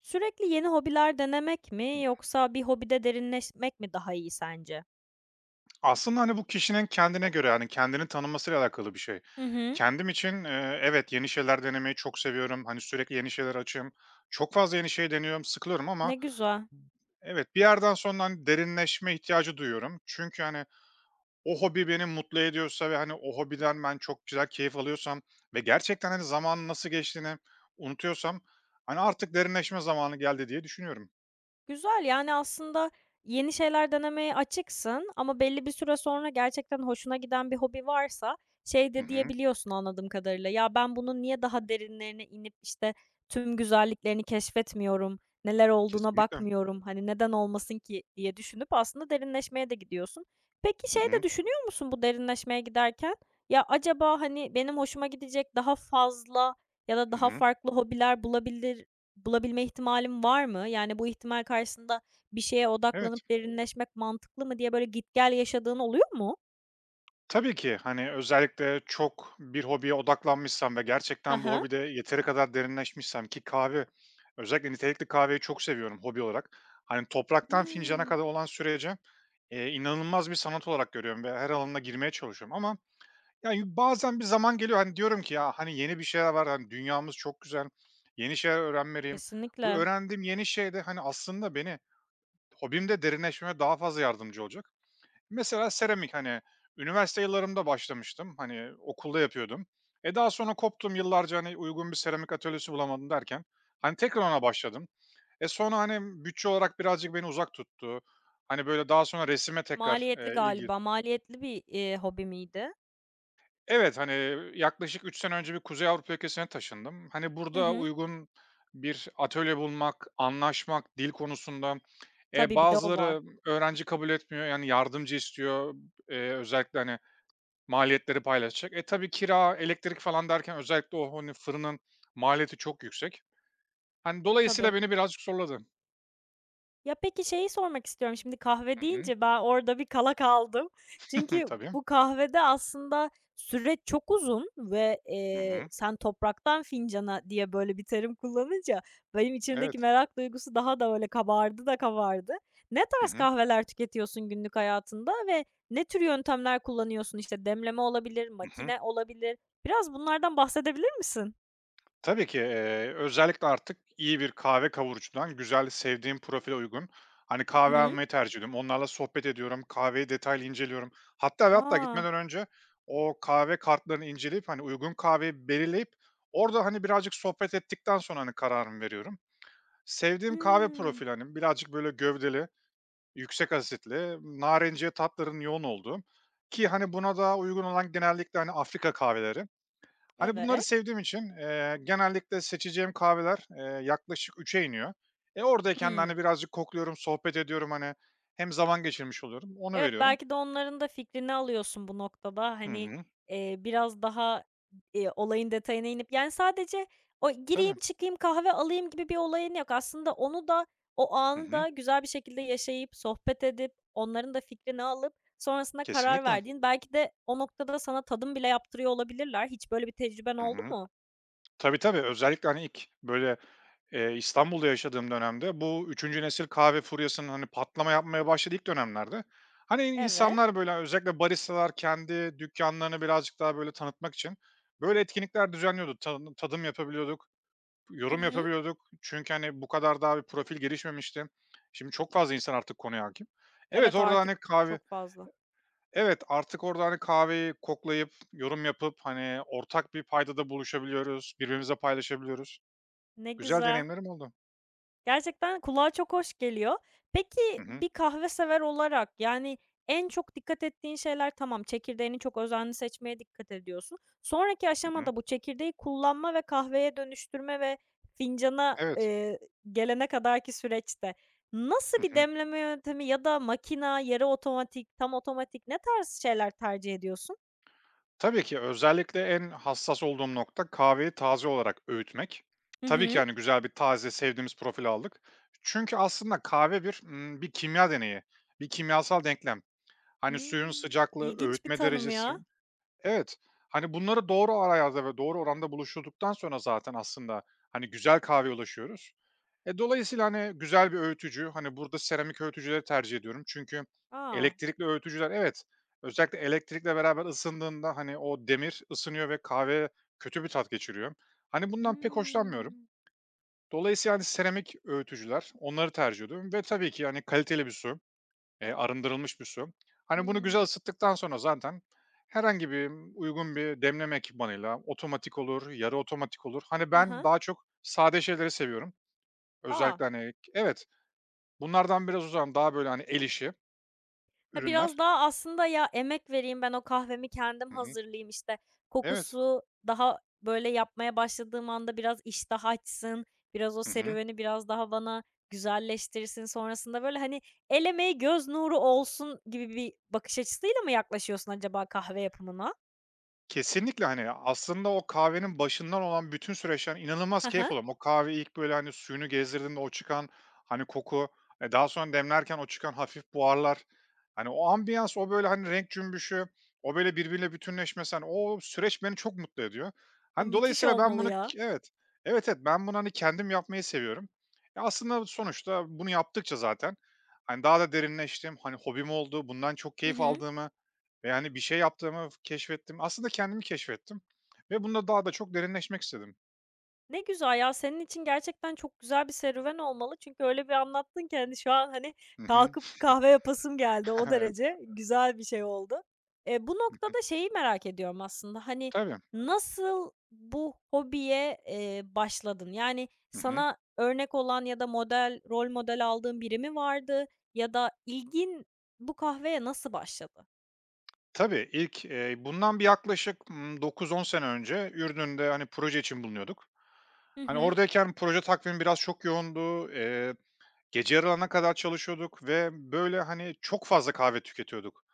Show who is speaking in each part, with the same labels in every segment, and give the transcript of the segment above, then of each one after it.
Speaker 1: Sürekli yeni hobiler denemek mi yoksa bir hobide derinleşmek mi daha iyi sence?
Speaker 2: Aslında, hani, bu kişinin kendine göre, yani kendini tanımasıyla alakalı bir şey.
Speaker 1: Hı hı.
Speaker 2: Kendim için, evet, yeni şeyler denemeyi çok seviyorum. Hani, sürekli yeni şeyler açığım. Çok fazla yeni şey deniyorum, sıkılıyorum
Speaker 1: Ne
Speaker 2: ama
Speaker 1: güzel.
Speaker 2: evet, bir yerden sonra, hani, derinleşme ihtiyacı duyuyorum. Çünkü, hani, o hobi beni mutlu ediyorsa ve, hani, o hobiden ben çok güzel keyif alıyorsam ve gerçekten, hani, zamanın nasıl geçtiğini unutuyorsam, hani, artık derinleşme zamanı geldi diye düşünüyorum.
Speaker 1: Güzel, yani, aslında yeni şeyler denemeye açıksın ama belli bir süre sonra gerçekten hoşuna giden bir hobi varsa şey
Speaker 2: Hı
Speaker 1: de
Speaker 2: hı.
Speaker 1: diyebiliyorsun anladığım kadarıyla, "Ya, ben bunun niye daha derinlerine inip, işte, tüm güzelliklerini keşfetmiyorum, neler olduğuna
Speaker 2: Kesinlikle.
Speaker 1: bakmıyorum, hani, neden olmasın ki?" diye düşünüp aslında derinleşmeye de gidiyorsun. Peki,
Speaker 2: Hı
Speaker 1: şey de
Speaker 2: hı.
Speaker 1: düşünüyor musun bu derinleşmeye giderken? "Ya, acaba, hani, benim hoşuma gidecek daha fazla ya da
Speaker 2: Hı
Speaker 1: daha
Speaker 2: hı.
Speaker 1: farklı hobiler bulabilme ihtimalim var mı? Yani, bu ihtimal karşısında bir şeye
Speaker 2: Evet.
Speaker 1: odaklanıp derinleşmek mantıklı mı diye böyle git gel yaşadığın oluyor mu?"
Speaker 2: Tabii ki, hani, özellikle çok bir hobiye odaklanmışsam ve
Speaker 1: Hı
Speaker 2: gerçekten bu
Speaker 1: hı.
Speaker 2: hobide yeteri kadar derinleşmişsem ki kahve, özellikle nitelikli kahveyi çok seviyorum hobi olarak. Hani, topraktan fincana
Speaker 1: Hımm.
Speaker 2: kadar olan sürece inanılmaz bir sanat olarak görüyorum ve her alanına girmeye çalışıyorum ama yani bazen bir zaman geliyor, hani, diyorum ki ya, hani, yeni bir şeyler var, hani, dünyamız çok güzel, yeni şeyler öğrenmeliyim. Bu
Speaker 1: Kesinlikle.
Speaker 2: öğrendiğim yeni şey de, hani, aslında beni hobimde derinleşmeme daha fazla yardımcı olacak. Mesela seramik, hani, üniversite yıllarımda başlamıştım, hani, okulda yapıyordum. E, daha sonra koptum yıllarca, hani, uygun bir seramik atölyesi bulamadım derken, hani, tekrar ona başladım. E, sonra, hani, bütçe olarak birazcık beni uzak tuttu. Hani, böyle, daha sonra resime tekrar,
Speaker 1: Maliyetli
Speaker 2: ilgi.
Speaker 1: galiba. Maliyetli bir hobi miydi?
Speaker 2: Evet, hani, yaklaşık 3 sene önce bir Kuzey Avrupa ülkesine taşındım. Hani,
Speaker 1: Hı
Speaker 2: burada
Speaker 1: hı.
Speaker 2: uygun bir atölye bulmak, anlaşmak, dil konusunda,
Speaker 1: Tabii, bir de o var.
Speaker 2: bazıları öğrenci kabul etmiyor, yani, yardımcı istiyor. Özellikle, hani, maliyetleri paylaşacak. E, tabii kira, elektrik falan derken özellikle o, hani, fırının maliyeti çok yüksek. Hani, dolayısıyla
Speaker 1: Tabii.
Speaker 2: beni birazcık zorladı.
Speaker 1: Ya, peki şeyi sormak istiyorum, şimdi kahve
Speaker 2: Hı hı.
Speaker 1: deyince ben orada bir kala kaldım. Çünkü
Speaker 2: Tabii.
Speaker 1: bu kahvede aslında süreç çok uzun ve,
Speaker 2: Hı
Speaker 1: eee,
Speaker 2: hı.
Speaker 1: sen "Topraktan fincana" diye böyle bir terim kullanınca benim içimdeki
Speaker 2: Evet.
Speaker 1: merak duygusu daha da öyle kabardı da kabardı. Ne
Speaker 2: Hı
Speaker 1: tarz
Speaker 2: hı.
Speaker 1: kahveler tüketiyorsun günlük hayatında ve ne tür yöntemler kullanıyorsun? İşte, demleme olabilir,
Speaker 2: Hı hı.
Speaker 1: makine olabilir. Biraz bunlardan bahsedebilir misin?
Speaker 2: Tabii ki, özellikle artık iyi bir kahve kavurucudan güzel, sevdiğim profile uygun, hani,
Speaker 1: Hı
Speaker 2: kahve
Speaker 1: hı.
Speaker 2: almayı tercih ediyorum. Onlarla sohbet ediyorum. Kahveyi detaylı inceliyorum. Hatta ve hatta
Speaker 1: A!
Speaker 2: gitmeden önce o kahve kartlarını inceleyip, hani, uygun kahveyi belirleyip orada, hani, birazcık sohbet ettikten sonra, hani, kararımı veriyorum. Sevdiğim kahve
Speaker 1: Hımm.
Speaker 2: profili, hani, birazcık böyle gövdeli, yüksek asitli, narenciye tatların yoğun olduğu ki, hani, buna da uygun olan genellikle, hani, Afrika kahveleri. Hani, bunları
Speaker 1: Evet.
Speaker 2: sevdiğim için, genellikle seçeceğim kahveler, yaklaşık üçe iniyor. E, oradayken de,
Speaker 1: Hımm.
Speaker 2: hani, birazcık kokluyorum, sohbet ediyorum, hani, hem zaman geçirmiş oluyorum, onu
Speaker 1: Evet,
Speaker 2: veriyorum.
Speaker 1: belki de onların da fikrini alıyorsun bu noktada.
Speaker 2: Hı
Speaker 1: Hani,
Speaker 2: hı.
Speaker 1: eee, biraz daha, olayın detayına inip. Yani sadece o gireyim,
Speaker 2: Tabii.
Speaker 1: çıkayım, kahve alayım gibi bir olayın yok. Aslında onu da, o
Speaker 2: Hı
Speaker 1: anı
Speaker 2: hı.
Speaker 1: da güzel bir şekilde yaşayıp, sohbet edip, onların da fikrini alıp sonrasında karar
Speaker 2: Kesinlikle.
Speaker 1: verdiğin, belki de o noktada sana tadım bile yaptırıyor olabilirler. Hiç böyle bir tecrüben
Speaker 2: Hı
Speaker 1: oldu
Speaker 2: hı.
Speaker 1: mu?
Speaker 2: Tabii, tabii. Özellikle, hani, ilk böyle, İstanbul'da yaşadığım dönemde bu üçüncü nesil kahve furyasının, hani, patlama yapmaya başladığı ilk dönemlerde, hani,
Speaker 1: Evet.
Speaker 2: insanlar böyle hani, özellikle baristalar kendi dükkanlarını birazcık daha böyle tanıtmak için böyle etkinlikler düzenliyordu. Tadım yapabiliyorduk,
Speaker 1: Hı
Speaker 2: yorum
Speaker 1: hı.
Speaker 2: yapabiliyorduk. Çünkü, hani, bu kadar daha bir profil gelişmemişti. Şimdi çok fazla insan artık konuya hakim. Evet,
Speaker 1: Evet,
Speaker 2: orada,
Speaker 1: artık
Speaker 2: hani, kahve.
Speaker 1: çok fazla.
Speaker 2: Evet, artık orada, hani, kahveyi koklayıp, yorum yapıp, hani, ortak bir paydada buluşabiliyoruz, birbirimize paylaşabiliyoruz.
Speaker 1: Ne
Speaker 2: Güzel
Speaker 1: güzel.
Speaker 2: deneyimlerim oldu.
Speaker 1: Gerçekten kulağa çok hoş geliyor. Peki,
Speaker 2: Hı hı.
Speaker 1: bir kahve sever olarak, yani, en çok dikkat ettiğin şeyler tamam, çekirdeğini çok özenli seçmeye dikkat ediyorsun. Sonraki
Speaker 2: Hı hı.
Speaker 1: aşamada bu çekirdeği kullanma ve kahveye dönüştürme ve fincana,
Speaker 2: Evet.
Speaker 1: eee, gelene kadarki süreçte nasıl
Speaker 2: Hı
Speaker 1: bir
Speaker 2: hı.
Speaker 1: demleme yöntemi ya da makina, yarı otomatik, tam otomatik ne tarz şeyler tercih ediyorsun?
Speaker 2: Tabii ki özellikle en hassas olduğum nokta kahveyi taze olarak öğütmek.
Speaker 1: Hı
Speaker 2: Tabii ki,
Speaker 1: hı.
Speaker 2: hani, güzel bir taze sevdiğimiz profil aldık. Çünkü aslında kahve bir, bir kimya deneyi, bir kimyasal denklem. Hani, suyun
Speaker 1: Hımm.
Speaker 2: sıcaklığı,
Speaker 1: İlginç bir
Speaker 2: öğütme
Speaker 1: tanım
Speaker 2: derecesi.
Speaker 1: ya.
Speaker 2: Evet. Hani, bunları doğru arayazda ve doğru oranda buluşturduktan sonra zaten aslında, hani, güzel kahveye ulaşıyoruz. E, dolayısıyla, hani, güzel bir öğütücü, hani, burada seramik öğütücüleri tercih ediyorum. Çünkü
Speaker 1: Aa.
Speaker 2: elektrikli öğütücüler evet, özellikle elektrikle beraber ısındığında, hani, o demir ısınıyor ve kahve kötü bir tat geçiriyor. Hani, bundan pek hoşlanmıyorum.
Speaker 1: Hımm.
Speaker 2: Dolayısıyla, hani, seramik öğütücüler, onları tercih ediyorum ve tabii ki, hani, kaliteli bir su. Arındırılmış bir su. Hani, bunu güzel
Speaker 1: Hımm.
Speaker 2: ısıttıktan sonra zaten herhangi bir uygun bir demleme ekipmanıyla otomatik olur, yarı otomatik olur. Hani,
Speaker 1: Hı
Speaker 2: ben
Speaker 1: hı.
Speaker 2: daha çok sade şeyleri seviyorum.
Speaker 1: A!
Speaker 2: Özellikle, hani. Evet, bunlardan biraz uzağım. Daha böyle, hani, el işi
Speaker 1: Ya, biraz
Speaker 2: ürünler.
Speaker 1: daha aslında ya, emek vereyim, ben o kahvemi kendim
Speaker 2: Hı hı.
Speaker 1: hazırlayayım, işte,
Speaker 2: Evet.
Speaker 1: kokusu daha, böyle, yapmaya başladığım anda biraz iştah açsın, biraz o
Speaker 2: Hı hı.
Speaker 1: serüveni biraz daha bana güzelleştirsin. Sonrasında, böyle, hani, el emeği göz nuru olsun gibi bir bakış açısıyla mı yaklaşıyorsun acaba kahve yapımına?
Speaker 2: Kesinlikle, hani, aslında o kahvenin başından olan bütün süreçten inanılmaz
Speaker 1: Hı hı.
Speaker 2: keyif alıyorum. O kahve ilk, böyle, hani, suyunu gezdirdiğinde o çıkan, hani, koku, daha sonra demlerken o çıkan hafif buharlar, hani, o ambiyans, o, böyle, hani, renk cümbüşü, o, böyle, birbiriyle bütünleşmesi, hani, o süreç beni çok mutlu ediyor.
Speaker 1: O
Speaker 2: Hani,
Speaker 1: müthiş
Speaker 2: dolayısıyla ben
Speaker 1: olmalı
Speaker 2: bunu.
Speaker 1: ya.
Speaker 2: Evet. Evet, evet, ben bunu, hani, kendim yapmayı seviyorum. Ya, aslında sonuçta bunu yaptıkça zaten, hani, daha da derinleştim, hani, hobim oldu, bundan çok
Speaker 1: Hı
Speaker 2: keyif
Speaker 1: hı.
Speaker 2: aldığımı ve, hani, bir şey yaptığımı keşfettim. Aslında kendimi keşfettim ve bunda daha da çok derinleşmek istedim.
Speaker 1: Ne güzel ya, senin için gerçekten çok güzel bir serüven olmalı. Çünkü öyle bir anlattın ki, hani, şu an, hani,
Speaker 2: Hı hı.
Speaker 1: kalkıp kahve yapasım geldi o
Speaker 2: Evet.
Speaker 1: derece güzel bir şey oldu. Bu
Speaker 2: Hı hı.
Speaker 1: noktada şeyi merak ediyorum aslında, hani,
Speaker 2: Tabii.
Speaker 1: nasıl bu hobiye başladın? Yani,
Speaker 2: Hı hı.
Speaker 1: sana örnek olan ya da rol model aldığın biri mi vardı ya da ilgin bu kahveye nasıl başladı?
Speaker 2: Tabii, ilk, bundan bir yaklaşık, 9-10 sene önce Ürdün'de, hani, proje için bulunuyorduk.
Speaker 1: Hı
Speaker 2: Hani,
Speaker 1: hı.
Speaker 2: oradayken proje takvimi biraz çok yoğundu. Gece yarılarına kadar çalışıyorduk ve, böyle, hani, çok fazla kahve tüketiyorduk.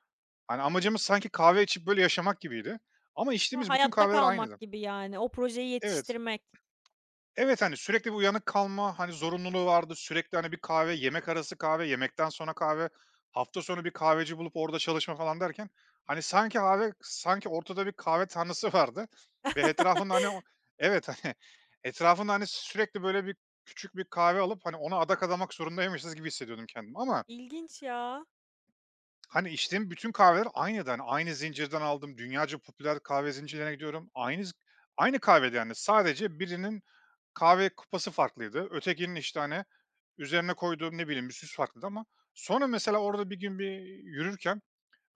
Speaker 2: Hani, amacımız sanki kahve içip, böyle, yaşamak gibiydi ama
Speaker 1: A,
Speaker 2: içtiğimiz bütün
Speaker 1: hayatta
Speaker 2: kahveler
Speaker 1: kalmak
Speaker 2: aynıydı.
Speaker 1: gibi yani, o projeyi
Speaker 2: Evet.
Speaker 1: yetiştirmek.
Speaker 2: Evet, hani, sürekli bir uyanık kalma, hani, zorunluluğu vardı. Sürekli, hani, bir kahve, yemek arası kahve, yemekten sonra kahve, hafta sonu bir kahveci bulup orada çalışma falan derken, hani, sanki kahve sanki ortada bir kahve tanrısı vardı ve etrafında, hani, o. Evet, hani, etrafında, hani, sürekli böyle bir küçük bir kahve alıp, hani, ona adak adamak zorundaymışız gibi hissediyordum kendimi ama,
Speaker 1: İlginç ya.
Speaker 2: hani, içtiğim bütün kahveler aynıydı. Hani, aynı zincirden aldım. Dünyaca popüler kahve zincirlerine gidiyorum. Aynı kahvede, yani, sadece birinin kahve kupası farklıydı. Ötekinin, işte, hani, üzerine koyduğum, ne bileyim, bir süs farklıydı ama sonra mesela orada bir gün bir yürürken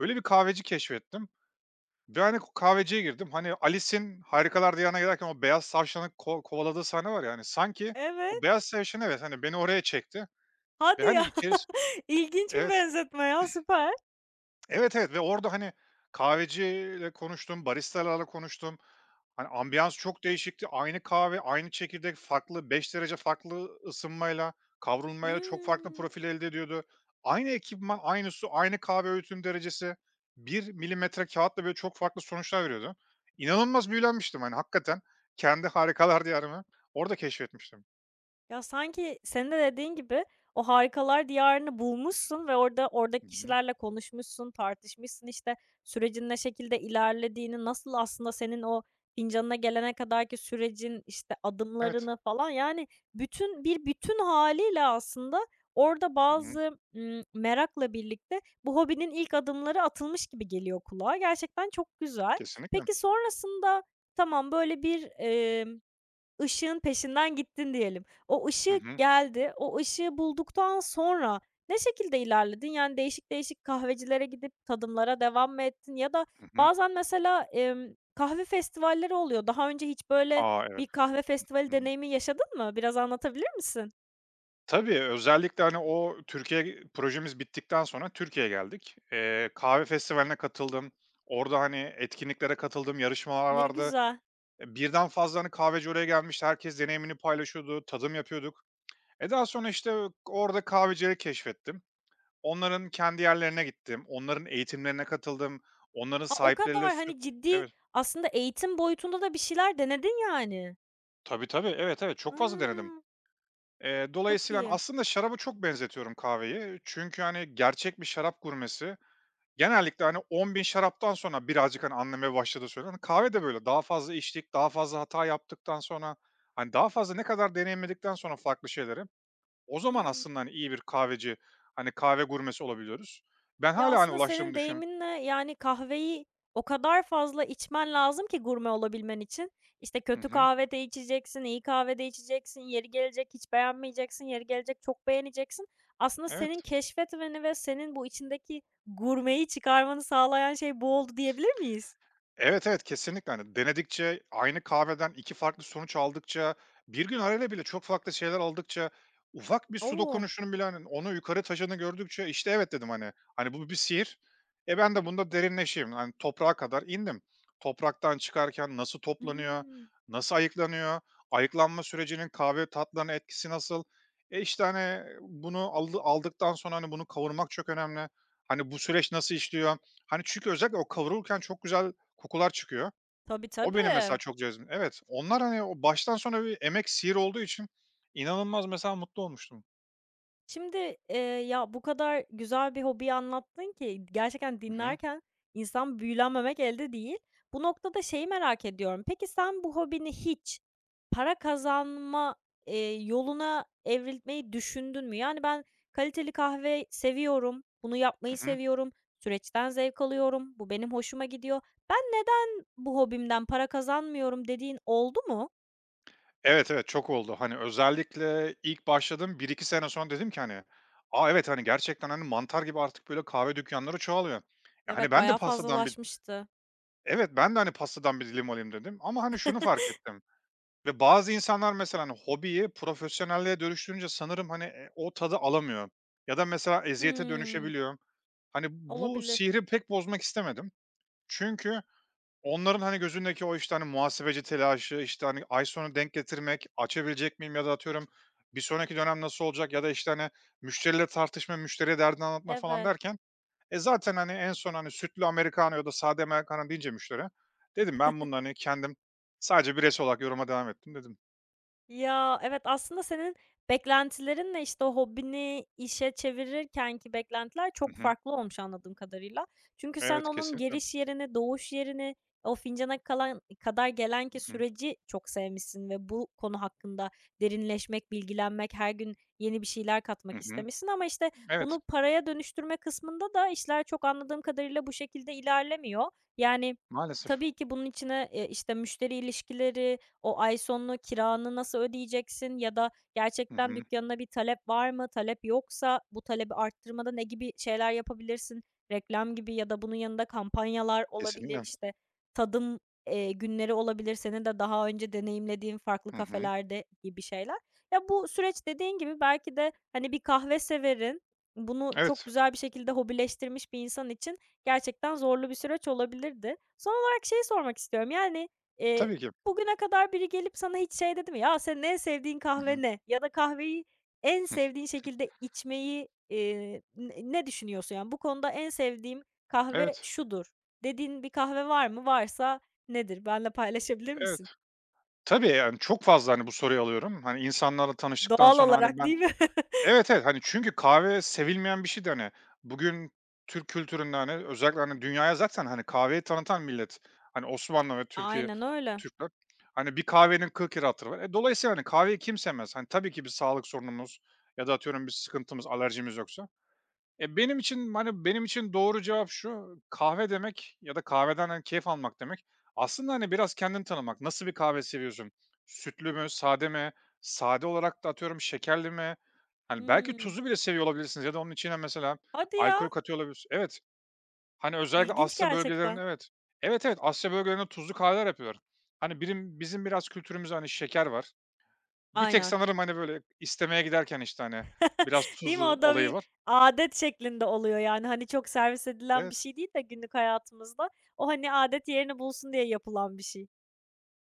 Speaker 2: öyle bir kahveci keşfettim ve, hani, kahveciye girdim. Hani, Alice'in Harikalar Diyarına giderken o beyaz tavşanı kovaladığı sahne var ya, hani, sanki o
Speaker 1: Evet.
Speaker 2: beyaz tavşan evet, hani, beni oraya çekti ve,
Speaker 1: Hadi ya!
Speaker 2: hani, içeris.
Speaker 1: İlginç bir
Speaker 2: Evet.
Speaker 1: benzetme ya, süper.
Speaker 2: Evet, evet ve orada, hani, kahveciyle konuştum, baristalarla konuştum. Hani, ambiyans çok değişikti. Aynı kahve, aynı çekirdek farklı 5 derece farklı ısınmayla, kavrulmayla çok farklı
Speaker 1: Hımm.
Speaker 2: profil elde ediyordu. Aynı ekipman, aynı su, aynı kahve öğütüm derecesi 1 milimetre kağıtla böyle, çok farklı sonuçlar veriyordu. İnanılmaz büyülenmiştim, hani, hakikaten kendi harikalar diyarımı orada keşfetmiştim.
Speaker 1: Ya, sanki senin de dediğin gibi o harikalar diyarını bulmuşsun ve oradaki
Speaker 2: Hı hı.
Speaker 1: kişilerle konuşmuşsun, tartışmışsın, işte, sürecin ne şekilde ilerlediğini, nasıl aslında senin o fincanına gelene kadarki sürecin, işte,
Speaker 2: Evet.
Speaker 1: adımlarını falan, yani, bütün haliyle aslında orada
Speaker 2: Hı hı.
Speaker 1: bazı merakla birlikte bu hobinin ilk adımları atılmış gibi geliyor kulağa. Gerçekten çok güzel.
Speaker 2: Kesinlikle.
Speaker 1: Peki, sonrasında tamam, böyle, Işığın peşinden gittin diyelim. O
Speaker 2: Hı
Speaker 1: ışık
Speaker 2: hı.
Speaker 1: geldi. O ışığı bulduktan sonra ne şekilde ilerledin? Yani, değişik değişik kahvecilere gidip tadımlara devam mı ettin ya da
Speaker 2: Hı hı.
Speaker 1: bazen mesela, kahve festivalleri oluyor. Daha önce hiç böyle
Speaker 2: A, evet.
Speaker 1: bir kahve festivali
Speaker 2: Hı hı.
Speaker 1: deneyimi yaşadın mı? Biraz anlatabilir misin?
Speaker 2: Tabii, özellikle, hani, o Türkiye projemiz bittikten sonra Türkiye'ye geldik. Kahve festivaline katıldım. Orada, hani, etkinliklere katıldım, yarışmalar
Speaker 1: Ne
Speaker 2: vardı.
Speaker 1: güzel.
Speaker 2: E, birden fazla, hani, kahveci oraya gelmişti. Herkes deneyimini paylaşıyordu, tadım yapıyorduk. E, daha sonra, işte, orada kahvecileri keşfettim. Onların kendi yerlerine gittim. Onların eğitimlerine katıldım. Onların
Speaker 1: A, o
Speaker 2: sahipleriyle
Speaker 1: kadar,
Speaker 2: sü.
Speaker 1: hani, ciddi
Speaker 2: Evet.
Speaker 1: aslında eğitim boyutunda da bir şeyler denedin yani.
Speaker 2: Tabii, tabii. Evet, evet. Çok fazla denedim.
Speaker 1: A! Çok
Speaker 2: Dolayısıyla hani,
Speaker 1: iyi.
Speaker 2: aslında şarabı çok benzetiyorum kahveyi. Çünkü, hani, gerçek bir şarap gurmesi genellikle, hani, 10.000 şaraptan sonra birazcık, hani, anlamaya başladığı söyleniyor. Hani, kahve de böyle. Daha fazla içtik, daha fazla hata yaptıktan sonra, hani, daha fazla ne kadar deneyimledikten sonra farklı şeyleri, o zaman
Speaker 1: Hıı.
Speaker 2: aslında, hani, iyi bir kahveci, hani, kahve gurmesi olabiliyoruz. Ben
Speaker 1: Ya,
Speaker 2: hala hani,
Speaker 1: aslında senin
Speaker 2: ulaştığımı düşünüyorum.
Speaker 1: deyiminle, yani, kahveyi o kadar fazla içmen lazım ki gurme olabilmen için. İşte,
Speaker 2: Hı
Speaker 1: kötü
Speaker 2: hı.
Speaker 1: kahve de içeceksin, iyi kahve de içeceksin, yeri gelecek hiç beğenmeyeceksin, yeri gelecek çok beğeneceksin. Aslında senin
Speaker 2: Evet.
Speaker 1: keşfetmeni ve senin bu içindeki gurmeyi çıkarmanı sağlayan şey bu oldu diyebilir miyiz?
Speaker 2: Evet, evet, kesinlikle. Hani, denedikçe, aynı kahveden 2 farklı sonuç aldıkça, bir gün arayla bile çok farklı şeyler aldıkça, ufak bir su
Speaker 1: Oo.
Speaker 2: dokunuşunun bile, hani, onu yukarı taşıdığını gördükçe, işte, evet dedim, hani. Hani, bu bir sihir. E, ben de bunda derinleşeyim. Hani, toprağa kadar indim. Topraktan çıkarken nasıl toplanıyor,
Speaker 1: Hımm.
Speaker 2: nasıl ayıklanıyor, ayıklanma sürecinin kahve tatlarına etkisi nasıl? E, işte, hani, bunu aldıktan sonra, hani, bunu kavurmak çok önemli. Hani, bu süreç nasıl işliyor? Hani, çünkü özellikle o kavrulurken çok güzel kokular çıkıyor.
Speaker 1: Tabii,
Speaker 2: O benim
Speaker 1: tabii.
Speaker 2: mesela çok cezbim. Evet, onlar, hani, o baştan sona bir emek, sihir olduğu için inanılmaz mesela mutlu olmuştum.
Speaker 1: Şimdi, ya, bu kadar güzel bir hobiyi anlattın ki gerçekten
Speaker 2: Hı hı.
Speaker 1: dinlerken insan büyülenmemek elde değil. Bu noktada şeyi merak ediyorum. Peki sen bu hobini hiç para kazanma yoluna evrilmeyi düşündün mü? Yani, "Ben kaliteli kahve seviyorum, bunu
Speaker 2: Hı
Speaker 1: yapmayı
Speaker 2: hı.
Speaker 1: seviyorum, süreçten zevk alıyorum, bu benim hoşuma gidiyor. Ben neden bu hobimden para kazanmıyorum?" dediğin oldu mu?
Speaker 2: Evet, evet, çok oldu. Hani, özellikle ilk başladığım bir iki sene sonra dedim ki, hani, "A, evet, hani, gerçekten, hani, mantar gibi artık böyle kahve dükkânları çoğalıyor. E, hani,
Speaker 1: Evet,
Speaker 2: ben de
Speaker 1: bayağı
Speaker 2: pastadan bir."
Speaker 1: fazlalaşmıştı.
Speaker 2: Evet, "Ben de, hani, pastadan bir dilim alayım," dedim ama, hani, şunu fark ettim ve bazı insanlar mesela, hani, hobiyi profesyonelliğe dönüştürünce sanırım, hani, o tadı alamıyor ya da mesela eziyete
Speaker 1: Hımm,
Speaker 2: dönüşebiliyor. Hani, bu
Speaker 1: olabilir.
Speaker 2: sihri pek bozmak istemedim. Çünkü onların, hani, gözündeki o, işte, hani, muhasebeci telaşı, işte, hani, ay sonu denk getirmek, açabilecek miyim ya da atıyorum bir sonraki dönem nasıl olacak ya da, işte, hani, müşteriyle tartışma, müşteriye derdini anlatma falan
Speaker 1: Evet.
Speaker 2: derken, e, zaten, hani, en son, hani, sütlü americano ya da sade americano deyince müşteri, dedim ben bunu, hani, kendim sadece bireysel olarak yoruma devam ettim dedim.
Speaker 1: Ya, evet, aslında senin beklentilerinle, işte, o hobini işe çevirirkenki beklentiler
Speaker 2: Hı
Speaker 1: çok
Speaker 2: hı.
Speaker 1: farklı olmuş anladığım kadarıyla. Çünkü sen
Speaker 2: Evet,
Speaker 1: onun
Speaker 2: kesinlikle.
Speaker 1: geliş yerini, doğuş yerini, o fincana kalan kadar gelen ki
Speaker 2: Hı hı.
Speaker 1: süreci çok sevmişsin ve bu konu hakkında derinleşmek, bilgilenmek, her gün yeni bir şeyler
Speaker 2: Hı
Speaker 1: katmak
Speaker 2: hı.
Speaker 1: istemişsin ama, işte,
Speaker 2: Evet,
Speaker 1: bunu paraya dönüştürme kısmında da işler çok anladığım kadarıyla bu şekilde ilerlemiyor. Yani,
Speaker 2: maalesef.
Speaker 1: tabii ki bunun içine, işte, müşteri ilişkileri, o ay sonu kiranı nasıl ödeyeceksin ya da
Speaker 2: Hı
Speaker 1: gerçekten
Speaker 2: hı.
Speaker 1: dükkânına bir talep var mı? Talep yoksa bu talebi arttırmada ne gibi şeyler yapabilirsin? Reklam gibi ya da bunun yanında kampanyalar olabilir,
Speaker 2: Kesinlikle.
Speaker 1: işte, tadım günleri olabilir, senin de daha önce deneyimlediğin farklı
Speaker 2: Hı hı.
Speaker 1: kafelerde gibi şeyler. Ya, bu süreç dediğin gibi belki de, hani, bir kahve severin, bunu çok
Speaker 2: Evet,
Speaker 1: güzel bir şekilde hobileştirmiş bir insan için gerçekten zorlu bir süreç olabilirdi. Son olarak şey sormak istiyorum, yani, eee,
Speaker 2: tabii ki.
Speaker 1: Bugüne kadar biri gelip sana hiç şey dedi mi? "Ya, senin en sevdiğin
Speaker 2: Hı
Speaker 1: kahve
Speaker 2: hı.
Speaker 1: ne?" ya da kahveyi en sevdiğin şekilde içmeyi ne düşünüyorsun? Yani, "Bu konuda en sevdiğim kahve
Speaker 2: Evet,
Speaker 1: şudur." dediğin bir kahve var mı? Varsa nedir? Benle paylaşabilir
Speaker 2: evet.
Speaker 1: misin?
Speaker 2: Tabii, yani, çok fazla, hani, bu soruyu alıyorum. Hani, insanlarla tanıştıktan
Speaker 1: Doğal
Speaker 2: sonra, hani,
Speaker 1: olarak
Speaker 2: ben.
Speaker 1: değil mi?
Speaker 2: Evet, evet, hani, çünkü kahve sevilmeyen bir şeydi, hani. Bugün Türk kültüründe, hani, özellikle, hani, dünyaya zaten, hani, kahveyi tanıtan millet. Hani, Osmanlı ve Türkiye,
Speaker 1: Aynen öyle.
Speaker 2: Türkler. Hani, bir kahvenin 40 lira hatırı var. E, dolayısıyla, hani, kahveyi kim sevmez? Hani, tabii ki bir sağlık sorunumuz ya da atıyorum bir sıkıntımız, alerjimiz yoksa. E, benim için, hani, benim için doğru cevap şu: kahve demek ya da kahveden, hani, keyif almak demek aslında, hani, biraz kendini tanımak. Nasıl bir kahve seviyorsun? Sütlü mü, sade mi? Sade olarak da atıyorum şekerli mi? Hani, belki
Speaker 1: Hımm.
Speaker 2: tuzu bile seviyor olabilirsiniz ya da onun içine mesela
Speaker 1: Hadi ya!
Speaker 2: alkol katıyor olabilir. Evet, hani, özellikle
Speaker 1: İlginç
Speaker 2: Asya bölgelerinde.
Speaker 1: gerçekten.
Speaker 2: Evet. Evet, evet, Asya bölgelerinde tuzlu kahveler yapıyorlar. Hani, birim bizim biraz kültürümüzde, hani, şeker var. Bir tek
Speaker 1: Aynen.
Speaker 2: sanırım, hani, böyle istemeye giderken, işte, hani, biraz
Speaker 1: Değil mi?
Speaker 2: tuzlu
Speaker 1: O da
Speaker 2: olayı
Speaker 1: bir
Speaker 2: var.
Speaker 1: adet şeklinde oluyor, yani, hani, çok servis edilen bir
Speaker 2: Evet.
Speaker 1: şey değil de günlük hayatımızda o, hani, adet yerini bulsun diye yapılan bir şey.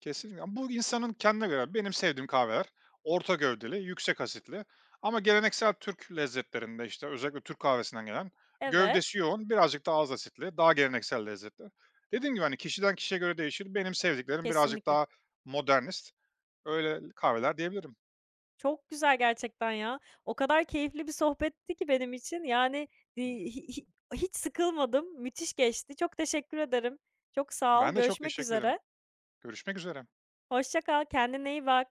Speaker 2: Kesinlikle ama bu insanın kendine göre. Benim sevdiğim kahveler orta gövdeli, yüksek asitli ama geleneksel Türk lezzetlerinde, işte, özellikle Türk kahvesinden gelen
Speaker 1: Evet,
Speaker 2: gövdesi yoğun, birazcık daha az asitli, daha geleneksel lezzetler. Dediğim gibi, hani, kişiden kişiye göre değişir. Benim sevdiklerim birazcık
Speaker 1: kesinlikle.
Speaker 2: daha modernist, öyle kahveler diyebilirim.
Speaker 1: Çok güzel gerçekten ya. O kadar keyifli bir sohbetti ki benim için. Yani, iii, hi hi hiç sıkılmadım. Müthiş geçti. Çok teşekkür ederim. Çok sağ ol.
Speaker 2: Ben de çok
Speaker 1: Görüşmek
Speaker 2: teşekkür ederim.
Speaker 1: üzere.
Speaker 2: Görüşmek üzere.
Speaker 1: Hoşça kal. Kendine iyi bak.